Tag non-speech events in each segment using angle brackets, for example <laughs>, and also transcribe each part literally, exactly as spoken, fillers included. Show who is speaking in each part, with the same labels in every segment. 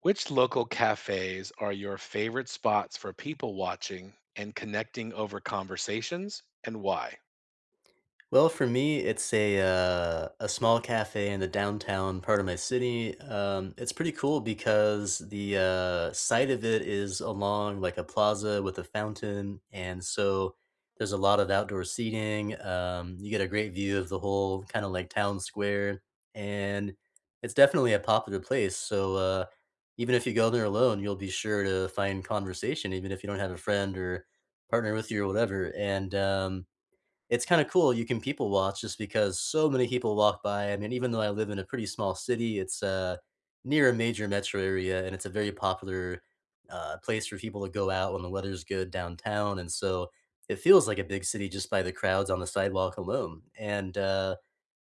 Speaker 1: Which local cafes are your favorite spots for people watching and connecting over conversations and why?
Speaker 2: Well, for me, it's a uh, a small cafe in the downtown part of my city. Um, it's pretty cool because the uh, site of it is along like a plaza with a fountain, and so there's a lot of outdoor seating. Um, you get a great view of the whole kind of like town square, and it's definitely a popular place. So uh, even if you go there alone, you'll be sure to find conversation, even if you don't have a friend or partner with you or whatever. And um, it's kinda cool, you can people watch just because so many people walk by. I mean, even though I live in a pretty small city, it's, uh, near a major metro area, and it's a very popular, uh, place for people to go out when the weather's good downtown, and so it feels like a big city just by the crowds on the sidewalk alone, and, uh,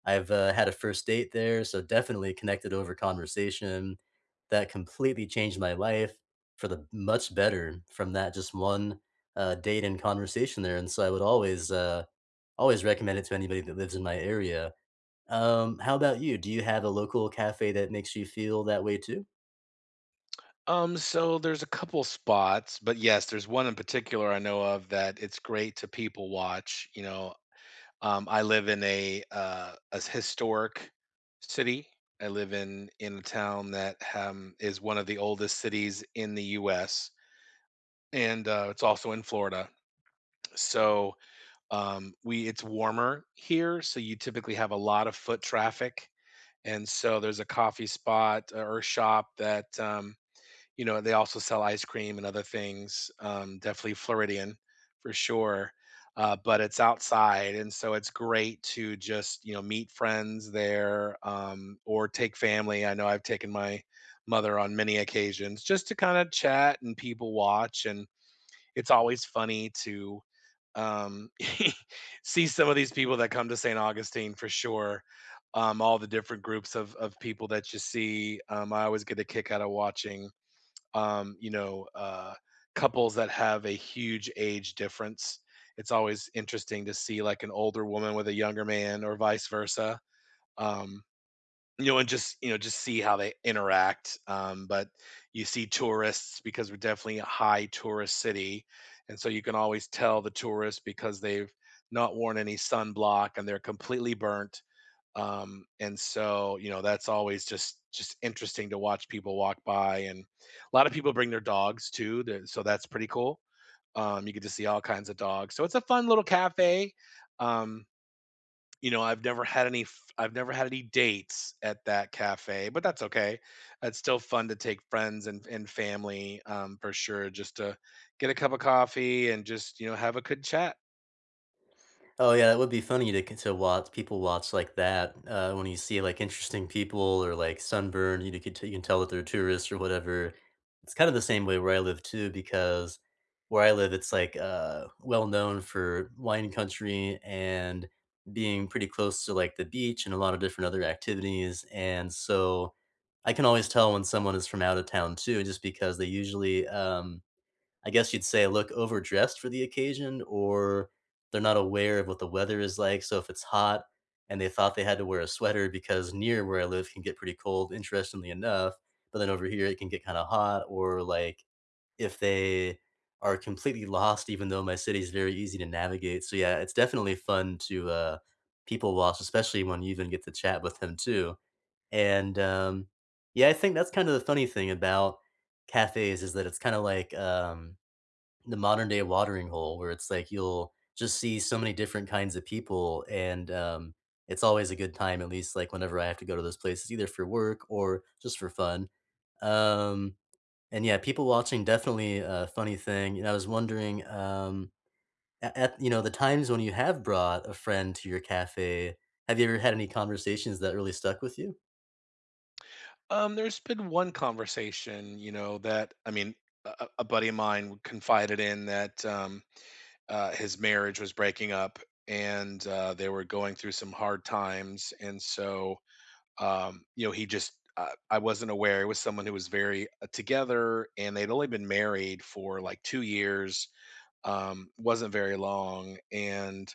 Speaker 2: I've, uh, had a first date there, so definitely connected over conversation. That completely changed my life for the much better from that just one, uh, date and conversation there, and so I would always, uh Always recommend it to anybody that lives in my area. Um, how about you? Do you have a local cafe that makes you feel that way too?
Speaker 1: Um, so there's a couple spots, but yes, there's one in particular I know of that it's great to people watch. You know, um, I live in a uh, a historic city. I live in in a town that um, is one of the oldest cities in the U S and uh, it's also in Florida. So Um, we it's warmer here, so you typically have a lot of foot traffic, and so there's a coffee spot uh, or shop that um, you know they also sell ice cream and other things. Um, definitely Floridian for sure, uh, but it's outside, and so it's great to just you know meet friends there um, or take family. I know I've taken my mother on many occasions just to kind of chat and people watch, and it's always funny to um, <laughs> see some of these people that come to Saint Augustine for sure. Um, all the different groups of of people that you see. Um, I always get a kick out of watching. Um, you know, uh, couples that have a huge age difference. It's always interesting to see like an older woman with a younger man, or vice versa. Um, you know, and just you know, just see how they interact. Um, but you see tourists because we're definitely a high tourist city, and so you can always tell the tourists because they've not worn any sunblock and they're completely burnt. Um, and so you know, that's always just just interesting to watch people walk by, and a lot of people bring their dogs too. there- So that's pretty cool. Um, you get to see all kinds of dogs. So it's a fun little cafe. Um, you know, I've never had any f I've never had any dates at that cafe, but that's okay. It's still fun to take friends and and family, um, for sure, just to get a cup of coffee and just, you know, have a good chat.
Speaker 2: Oh, yeah, that would be funny to to watch people watch like that, uh, when you see, like, interesting people or, like, sunburn, you could you can tell that they're tourists or whatever. It's kinda the same way where I live too because where I live, it's, like, uh, well known for wine country and being pretty close to, like, the beach and a lot of different other activities, and so I can always tell when someone is from out of town too just because they usually, um I guess you'd say look overdressed for the occasion, or they're not aware of what the weather is like. So if it's hot and they thought they had to wear a sweater because near where I live can get pretty cold, interestingly enough, but then over here it can get kind of hot, or like if they are completely lost, even though my city is very easy to navigate. So yeah, it's definitely fun to uh, people watch, especially when you even get to chat with them too. And um, yeah, I think that's kind of the funny thing about cafes is that it's kind of like um, the modern day watering hole where it's like you'll just see so many different kinds of people and um, it's always a good time, at least like whenever I have to go to those places either for work or just for fun um, and yeah, people watching definitely a funny thing. And I was wondering, um, a- at, you know, the times when you have brought a friend to your cafe, have you ever had any conversations that really stuck with you?
Speaker 1: Um, there's been one conversation, you know, that I mean, a a a buddy of mine confided in that, um, uh, his marriage was breaking up and, uh, they were going through some hard times, and so um, you know, he just uh, I wasn't aware it was someone who was very uh, together, and they'd only been married for like two years. Um, wasn't very long, and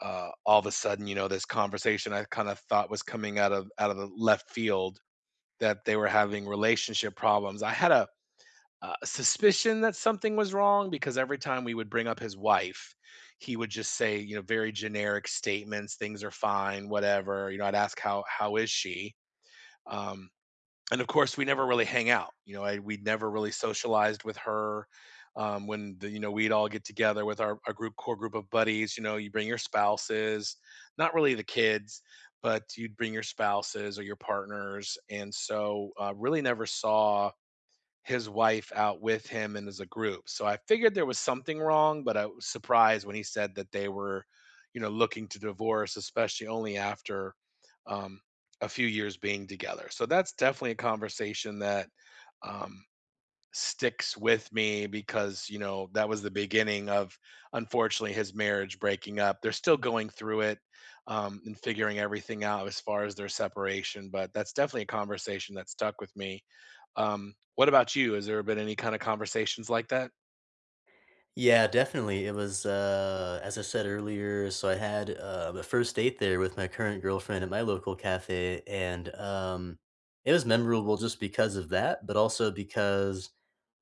Speaker 1: uh, all of a sudden, you know, this conversation I kind of thought was coming out of out of the left field that they were having relationship problems. I had a uh, suspicion that something was wrong because every time we would bring up his wife, he would just say, you know, very generic statements. Things are fine, whatever. You know, I'd ask how how is she, Um, and of course, we never really hang out. You know, I We never really socialized with her. Um, when the, you know we'd all get together with our, our group core group of buddies, you know, you bring your spouses, not really the kids, but you'd bring your spouses or your partners, and so uh, really never saw his wife out with him and as a group. So I figured there was something wrong, but I was surprised when he said that they were, you know, looking to divorce, especially only after um, a few years being together. So that's definitely a conversation that um, sticks with me because, you know, that was the beginning of, unfortunately, his marriage breaking up. They're still going through it um, and figuring everything out as far as their separation, but that's definitely a conversation that stuck with me. Um, what about you? Has there been any kind of conversations like that?
Speaker 2: Yeah, definitely. It was, uh, as I said earlier, so I had uh, a first date there with my current girlfriend at my local cafe, and um, it was memorable just because of that, but also because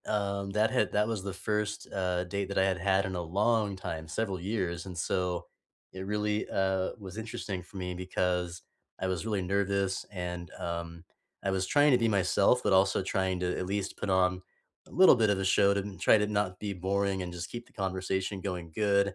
Speaker 2: um, that had that was the first, uh, date that I had had in a long time, several years, and so it really, uh, was interesting for me because I was really nervous and, um, I was trying to be myself, but also trying to at least put on a little bit of a show to n try to not be boring and just keep the conversation going good,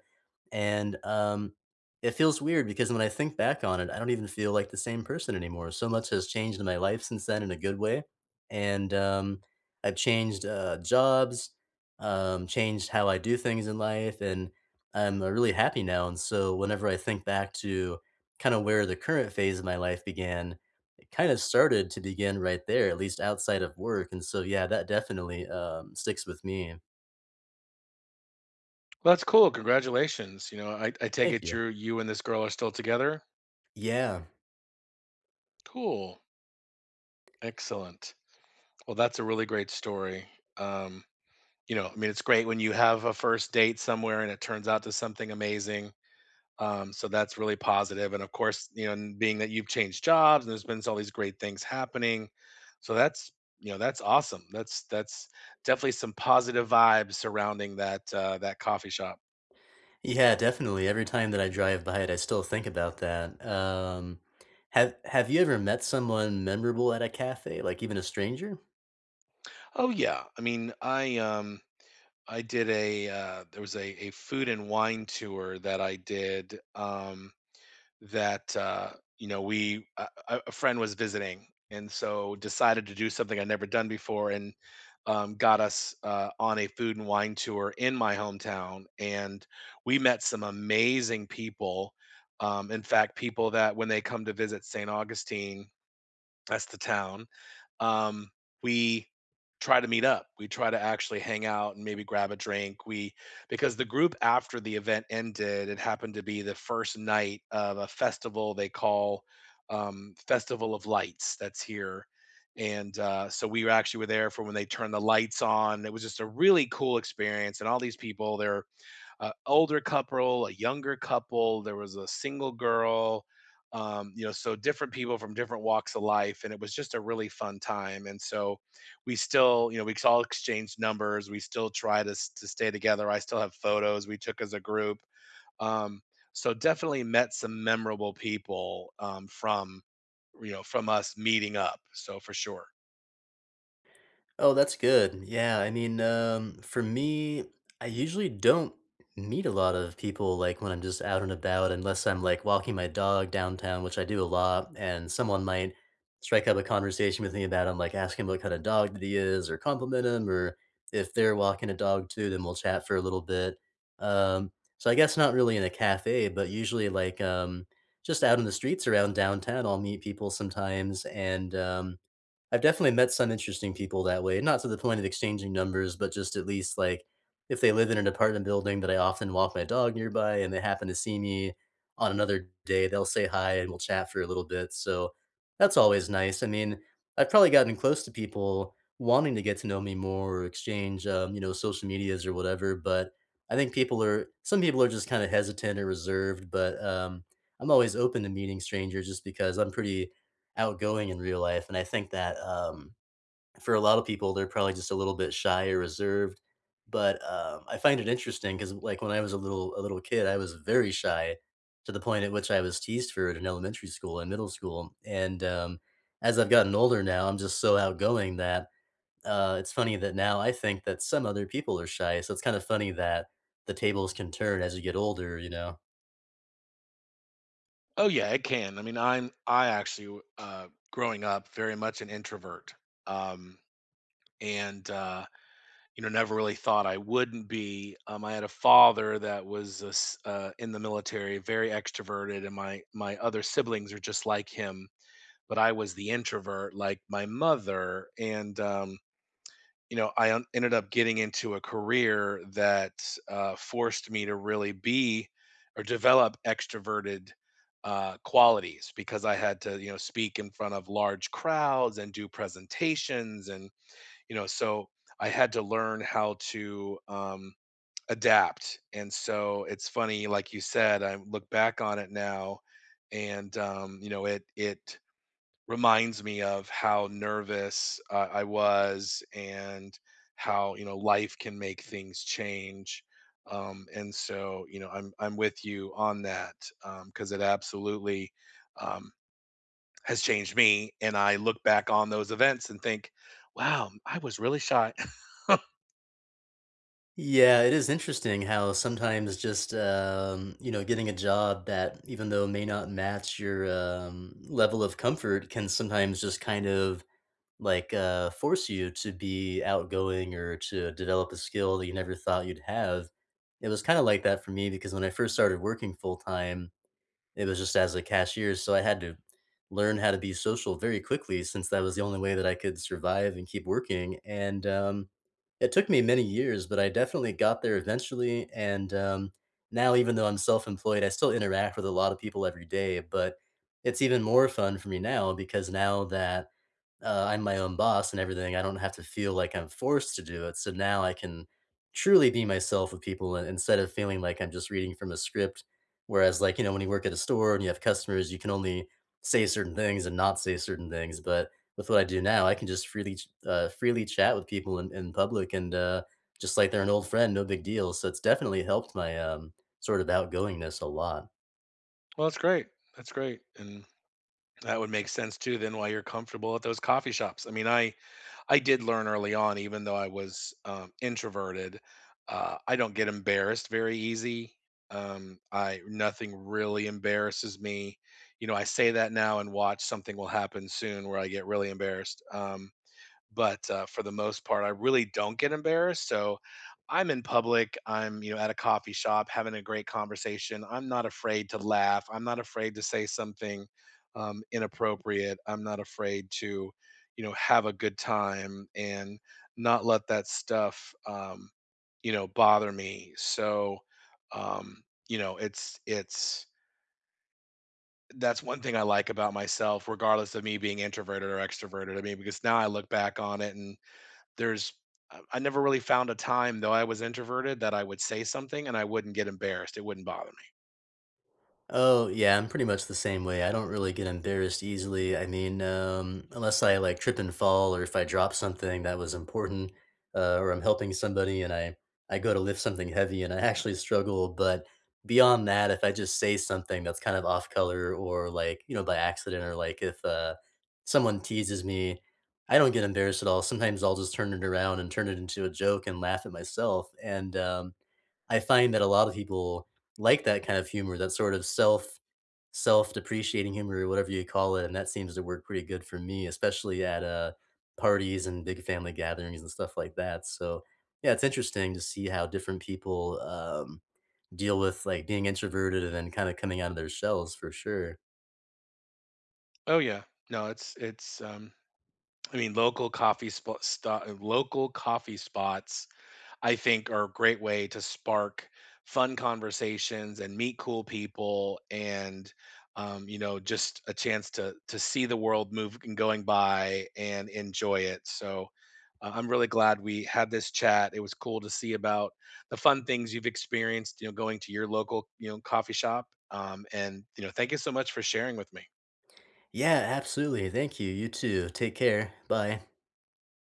Speaker 2: and, um, it feels weird because when I think back on it, I don't even feel like the same person anymore. So much has changed in my life since then in a good way, and, um I've changed, uh, jobs, um, changed how I do things in life, and I'm, uh, really happy now, and so whenever I think back to kinda where the current phase of my life began, it kinda started to begin right there, at least outside of work, and so, yeah, that definitely, um, sticks with me.
Speaker 1: Well, that's cool. Congratulations. You know, I, I take
Speaker 2: Thank
Speaker 1: it
Speaker 2: you.
Speaker 1: you're you and this girl are still together.
Speaker 2: Yeah.
Speaker 1: Cool. Excellent. Well, that's a really great story. Um, you know, I mean, it's great when you have a first date somewhere and it turns out to something amazing. Um, so that's really positive. And of course, you know, and being that you've changed jobs and there's been all these great things happening. So that's, you know, that's awesome. That's that's definitely some positive vibes surrounding that uh that coffee shop.
Speaker 2: Yeah, definitely, every time that I drive by it, I still think about that. Um, have have you ever met someone memorable at a cafe, like, even a stranger?
Speaker 1: Oh yeah. I mean, I um I did a uh there was a a food and wine tour that I did. Um that uh, You know we a, a a friend was visiting and so decided to do something I'd never done before, and um, got us uh, on a food and wine tour in my hometown, and we met some amazing people um, in fact people that when they come to visit St. Augustine, that's the town um, we try to meet up. We try to actually hang out and maybe grab a drink. We because the group after the event ended, it happened to be the first night of a festival they call um, Festival of Lights that's here. And uh, so we actually were there for when they turned the lights on. It was just a really cool experience, and all these people, they're a older couple, a younger couple. There was a single girl. Um, you know, so different people from different walks of life, and it was just a really fun time. And so, we still, you know, we all exchanged numbers. We still try to s- to stay together. I still have photos we took as a group. Um, so definitely met some memorable people um, from you know from us meeting up. So for sure.
Speaker 2: Oh, that's good. Yeah, I mean, um, for me, I usually don't meet a lot of people like when I'm just out and about, unless I'm like walking my dog downtown, which I do a lot, and someone might strike up a conversation with me about him, like ask him what kind of dog that he is, or compliment him, or if they're walking a dog too, then we'll chat for a little bit. Um, so I guess not really in a cafe, but usually like um, just out in the streets around downtown, I'll meet people sometimes, and um, I've definitely met some interesting people that way, not to the point of exchanging numbers, but just at least, like, if they live in an apartment building that I often walk my dog nearby and they happen to see me on another day, they'll say hi and we'll chat for a little bit, so that's always nice. I mean, I've probably gotten close to people wanting to get to know me more or exchange, um, you know, social medias or whatever, but I think people are some people are just kinda hesitant or reserved, but, um, I'm always open to meeting strangers just because I'm pretty outgoing in real life, and I think that, um, for a lot of people, they're probably just a little bit shy or reserved, but, um, I find it interesting because, like, when I was a little a little kid, I was very shy to the point at which I was teased for it in elementary school and middle school, and, um, as I've gotten older now, I'm just so outgoing that, uh, it's funny that now I think that some other people are shy, so it's kind of funny that the tables can turn as you get older, you know?
Speaker 1: Oh yeah, it can. I mean, I'm I actually uh growing up very much an introvert. Um and uh, You know never really thought I wouldn't be. Um, I had a father that was a s- uh, in the military, very extroverted, and my my other siblings are just like him, but I was the introvert, like my mother, and um, you know I un- ended up getting into a career that uh, forced me to really be or develop extroverted uh, qualities because I had to, you know, speak in front of large crowds and do presentations and you know, so I had to learn how to um, adapt. And so it's funny, like you said, I look back on it now, and um, you know, it it reminds me of how nervous uh, I was, and how you know life can make things change. Um, and so, you know, I'm I'm with you on that because it absolutely. Um, has changed me, and I look back on those events and think, "Wow, I was really shy." <laughs>
Speaker 2: Yeah, it is interesting how sometimes just, um, you know, getting a job that even though may not match your, um, level of comfort can sometimes just kind of, like, uh, force you to be outgoing or to develop a skill that you never thought you'd have. It was kinda like that for me because when I first started working full-time, it was just as a cashier, so I had to learn how to be social very quickly since that was the only way that I could survive and keep working, and, um, it took me many years, but I definitely got there eventually, and, um, now even though I'm self-employed, I still interact with a lot of people every day, but it's even more fun for me now because now that uh, I'm my own boss and everything. I don't have to feel like I'm forced to do it. So now I can truly be myself with people and instead of feeling like I'm just reading from a script. Whereas, like, you know, when you work at a store and you have customers, you can only say certain things and not say certain things. But with what I do now, I can just freely, ch- uh, freely chat with people in, in public and uh, just like they're an old friend, no big deal. So it's definitely helped my um, sort of outgoingness a lot.
Speaker 1: Well, that's great, that's great, and that would make sense too then why you're comfortable at those coffee shops. I mean, I I did learn early on, even though I was, um, introverted, uh, I don't get embarrassed very easy. Um, I Nothing really embarrasses me. You know, I say that now and watch something will happen soon where I get really embarrassed, um but uh, for the most part, I really don't get embarrassed. So I'm in public. I'm you know at a coffee shop having a great conversation. I'm not afraid to laugh. I'm not afraid to say something um, inappropriate. I'm not afraid to you know have a good time and not let that stuff um, you know bother me. So um, you know it's it's that's one thing I like about myself, regardless of me being introverted or extroverted. I mean, because now I look back on it, and there's I I never really found a time, though I was introverted, that I would say something and I wouldn't get embarrassed. It wouldn't bother me.
Speaker 2: Oh, yeah, I'm pretty much the same way. I don't really get embarrassed easily. I mean, um, unless I like trip and fall or if I drop something that was important, uh, or I'm helping somebody and I I go to lift something heavy and I actually struggle, but beyond that, if I just say something that's kind of off color or like, you know, by accident or like if uh someone teases me, I don't get embarrassed at all. Sometimes I'll just turn it around and turn it into a joke and laugh at myself. And um I find that a lot of people like that kind of humor, that sort of self self-depreciating humor or whatever you call it, and that seems to work pretty good for me, especially at, uh, parties and big family gatherings and stuff like that, so, yeah, it's interesting to see how different people, um, deal with, like, being introverted and then kinda coming out of their shells for sure.
Speaker 1: Oh yeah, no, it's it's um, I mean, local coffee spot, sto- local coffee spots I think are a great way to spark fun conversations and meet cool people, and um, you know just a chance to to see the world move and going by and enjoy it, so uh, I'm really glad we had this chat. It was cool to see about the fun things you've experienced, you know, going to your local, you know, coffee shop, um, and you know thank you so much for sharing with me.
Speaker 2: Yeah, absolutely, thank you, you too, take care, bye.